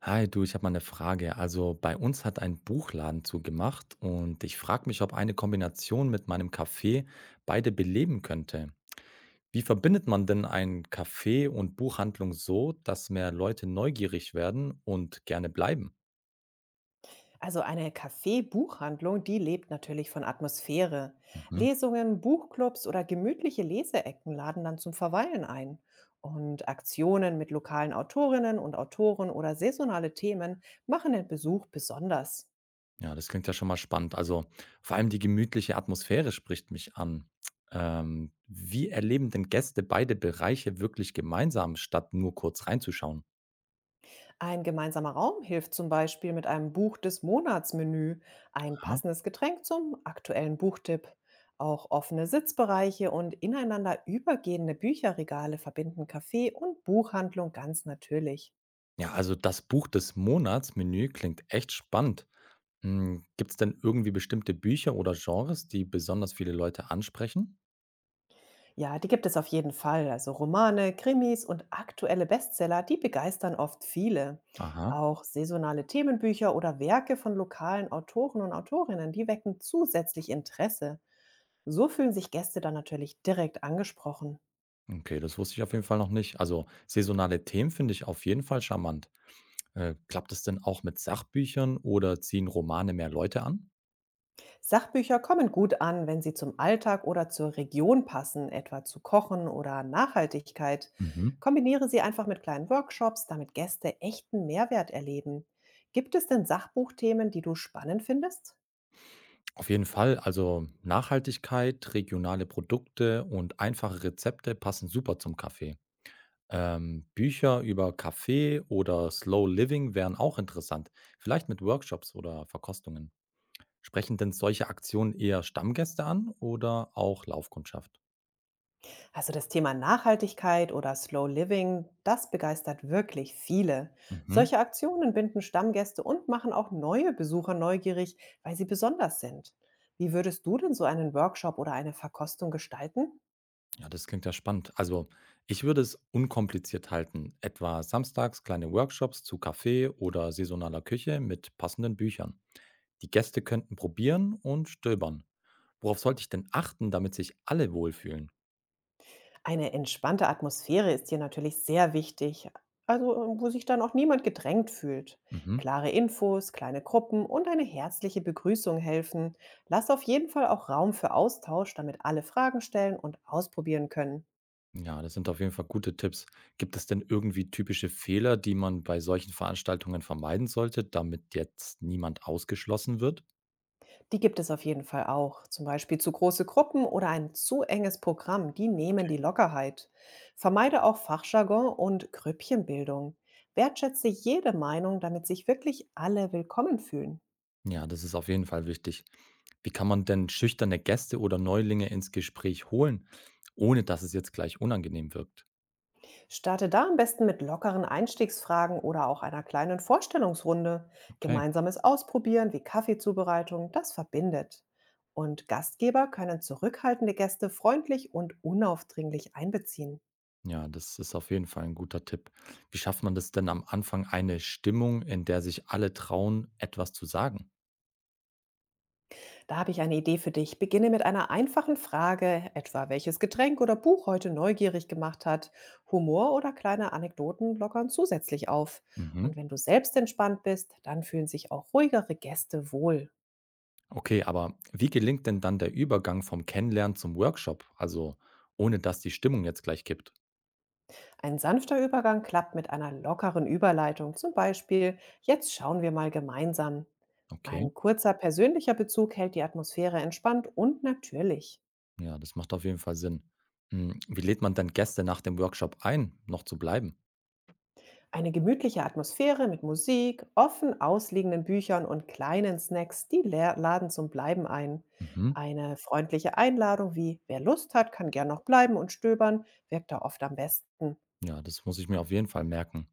Hi, du, ich habe mal eine Frage. Also bei uns hat ein Buchladen zugemacht und ich frage mich, ob eine Kombination mit meinem Café beide beleben könnte. Wie verbindet man denn ein Café und Buchhandlung so, dass mehr Leute neugierig werden und gerne bleiben? Also eine Café-Buchhandlung, die lebt natürlich von Atmosphäre. Mhm. Lesungen, Buchclubs oder gemütliche Leseecken laden dann zum Verweilen ein. Und Aktionen mit lokalen Autorinnen und Autoren oder saisonale Themen machen den Besuch besonders. Ja, das klingt ja schon mal spannend. Also vor allem die gemütliche Atmosphäre spricht mich an. Wie erleben denn Gäste beide Bereiche wirklich gemeinsam, statt nur kurz reinzuschauen? Ein gemeinsamer Raum hilft zum Beispiel mit einem Buch des Monatsmenü, ein passendes Getränk zum aktuellen Buchtipp. Auch offene Sitzbereiche und ineinander übergehende Bücherregale verbinden Café und Buchhandlung ganz natürlich. Ja, also das Buch des Monats-Menü klingt echt spannend. Hm, gibt es denn irgendwie bestimmte Bücher oder Genres, die besonders viele Leute ansprechen? Ja, die gibt es auf jeden Fall. Also Romane, Krimis und aktuelle Bestseller, die begeistern oft viele. Aha, Auch saisonale Themenbücher oder Werke von lokalen Autoren und Autorinnen, die wecken zusätzlich Interesse. So fühlen sich Gäste dann natürlich direkt angesprochen. okay, das wusste ich auf jeden Fall noch nicht. Also saisonale Themen finde ich auf jeden Fall charmant. Klappt es denn auch mit Sachbüchern oder ziehen Romane mehr Leute an? Sachbücher kommen gut an, wenn sie zum Alltag oder zur Region passen, etwa zu Kochen oder Nachhaltigkeit. Mhm. Kombiniere sie einfach mit kleinen Workshops, damit Gäste echten Mehrwert erleben. Gibt es denn Sachbuchthemen, die du spannend findest? Auf jeden Fall, also Nachhaltigkeit, regionale Produkte und einfache Rezepte passen super zum Kaffee. Bücher über Kaffee oder Slow Living wären auch interessant, vielleicht mit Workshops oder Verkostungen. Sprechen denn solche Aktionen eher Stammgäste an oder auch Laufkundschaft? Also das Thema Nachhaltigkeit oder Slow Living, das begeistert wirklich viele. Mhm. Solche Aktionen binden Stammgäste und machen auch neue Besucher neugierig, weil sie besonders sind. Wie würdest du denn so einen Workshop oder eine Verkostung gestalten? Ja, das klingt ja spannend. Also, ich würde es unkompliziert halten, etwa samstags kleine Workshops zu Kaffee oder saisonaler Küche mit passenden Büchern. Die Gäste könnten probieren und stöbern. Worauf sollte ich denn achten, damit sich alle wohlfühlen? Eine entspannte Atmosphäre ist hier natürlich sehr wichtig, also wo sich dann auch niemand gedrängt fühlt. Mhm. Klare Infos, kleine Gruppen und eine herzliche Begrüßung helfen. Lass auf jeden Fall auch Raum für Austausch, damit alle Fragen stellen und ausprobieren können. Ja, das sind auf jeden Fall gute Tipps. Gibt es denn irgendwie typische Fehler, die man bei solchen Veranstaltungen vermeiden sollte, damit jetzt niemand ausgeschlossen wird? Die gibt es auf jeden Fall auch. Zum Beispiel zu große Gruppen oder ein zu enges Programm, die nehmen die Lockerheit. Vermeide auch Fachjargon und Grüppchenbildung. Wertschätze jede Meinung, damit sich wirklich alle willkommen fühlen. Ja, das ist auf jeden Fall wichtig. Wie kann man denn schüchterne Gäste oder Neulinge ins Gespräch holen, ohne dass es jetzt gleich unangenehm wirkt? Starte da am besten mit lockeren Einstiegsfragen oder auch einer kleinen Vorstellungsrunde. Okay. Gemeinsames Ausprobieren wie Kaffeezubereitung, das verbindet. Und Gastgeber können zurückhaltende Gäste freundlich und unaufdringlich einbeziehen. Ja, das ist auf jeden Fall ein guter Tipp. Wie schafft man das denn am Anfang eine Stimmung, in der sich alle trauen, etwas zu sagen? Da habe ich eine Idee für dich. Beginne mit einer einfachen Frage, etwa welches Getränk oder Buch heute neugierig gemacht hat. Humor oder kleine Anekdoten lockern zusätzlich auf. Mhm. Und wenn du selbst entspannt bist, dann fühlen sich auch ruhigere Gäste wohl. Okay, aber wie gelingt denn dann der Übergang vom Kennenlernen zum Workshop? Also, ohne dass die Stimmung jetzt gleich kippt. Ein sanfter Übergang klappt mit einer lockeren Überleitung, zum Beispiel, jetzt schauen wir mal gemeinsam. Okay, Ein kurzer persönlicher Bezug hält die Atmosphäre entspannt und natürlich. ja, das macht auf jeden Fall Sinn. Hm, wie lädt man denn Gäste nach dem Workshop ein, noch zu bleiben? Eine gemütliche Atmosphäre mit Musik, offen ausliegenden Büchern und kleinen Snacks, die laden zum Bleiben ein. Mhm. Eine freundliche Einladung wie wer Lust hat, kann gern noch bleiben und stöbern, wirkt da oft am besten. Ja, das muss ich mir auf jeden Fall merken.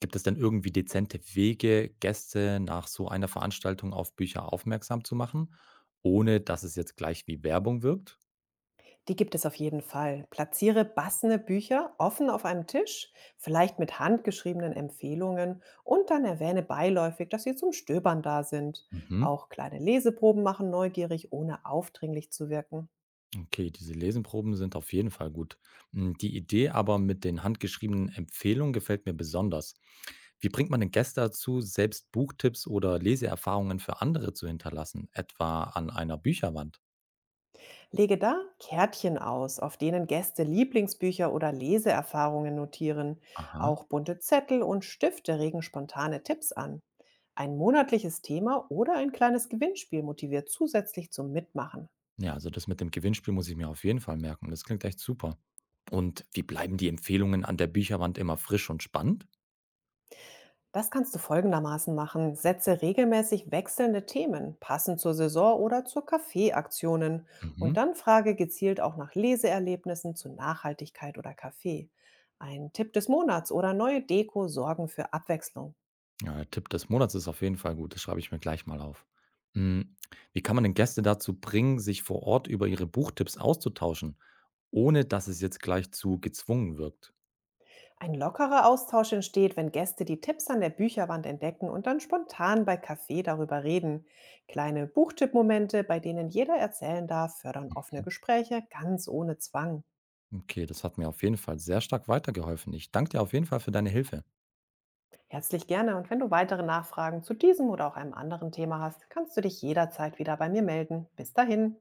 Gibt es denn irgendwie dezente Wege, Gäste nach so einer Veranstaltung auf Bücher aufmerksam zu machen, ohne dass es jetzt gleich wie Werbung wirkt? Die gibt es auf jeden Fall. Platziere passende Bücher offen auf einem Tisch, vielleicht mit handgeschriebenen Empfehlungen und dann erwähne beiläufig, dass sie zum Stöbern da sind. Mhm. Auch kleine Leseproben machen neugierig, ohne aufdringlich zu wirken. Okay, diese Lesenproben sind auf jeden Fall gut. Mm, die Idee aber mit den handgeschriebenen Empfehlungen gefällt mir besonders. Wie bringt man den Gäste dazu, selbst Buchtipps oder Leseerfahrungen für andere zu hinterlassen, etwa an einer Bücherwand? Lege da Kärtchen aus, auf denen Gäste Lieblingsbücher oder Leseerfahrungen notieren. Aha. Auch bunte Zettel und Stifte regen spontane Tipps an. Ein monatliches Thema oder ein kleines Gewinnspiel motiviert zusätzlich zum Mitmachen. Ja, also das mit dem Gewinnspiel muss ich mir auf jeden Fall merken. Das klingt echt super. Und wie bleiben die Empfehlungen an der Bücherwand immer frisch und spannend? Das kannst du folgendermaßen machen. Setze regelmäßig wechselnde Themen, passend zur Saison oder zur Kaffeeaktionen. Und Mhm. dann frage gezielt auch nach Leseerlebnissen zu Nachhaltigkeit oder Kaffee. Ein Tipp des Monats oder neue Deko sorgen für Abwechslung. Ja, der Tipp des Monats ist auf jeden Fall gut. Das schreibe ich mir gleich mal auf. Mm, wie kann man den Gäste dazu bringen, sich vor Ort über ihre Buchtipps auszutauschen, ohne dass es jetzt gleich zu gezwungen wirkt? Ein lockerer Austausch entsteht, wenn Gäste die Tipps an der Bücherwand entdecken und dann spontan bei Kaffee darüber reden. Kleine Buchtippmomente, bei denen jeder erzählen darf, fördern offene Gespräche ganz ohne Zwang. Okay, das hat mir auf jeden Fall sehr stark weitergeholfen. Ich danke dir auf jeden Fall für deine Hilfe. Herzlich gerne und wenn du weitere Nachfragen zu diesem oder auch einem anderen Thema hast, kannst du dich jederzeit wieder bei mir melden. Bis dahin.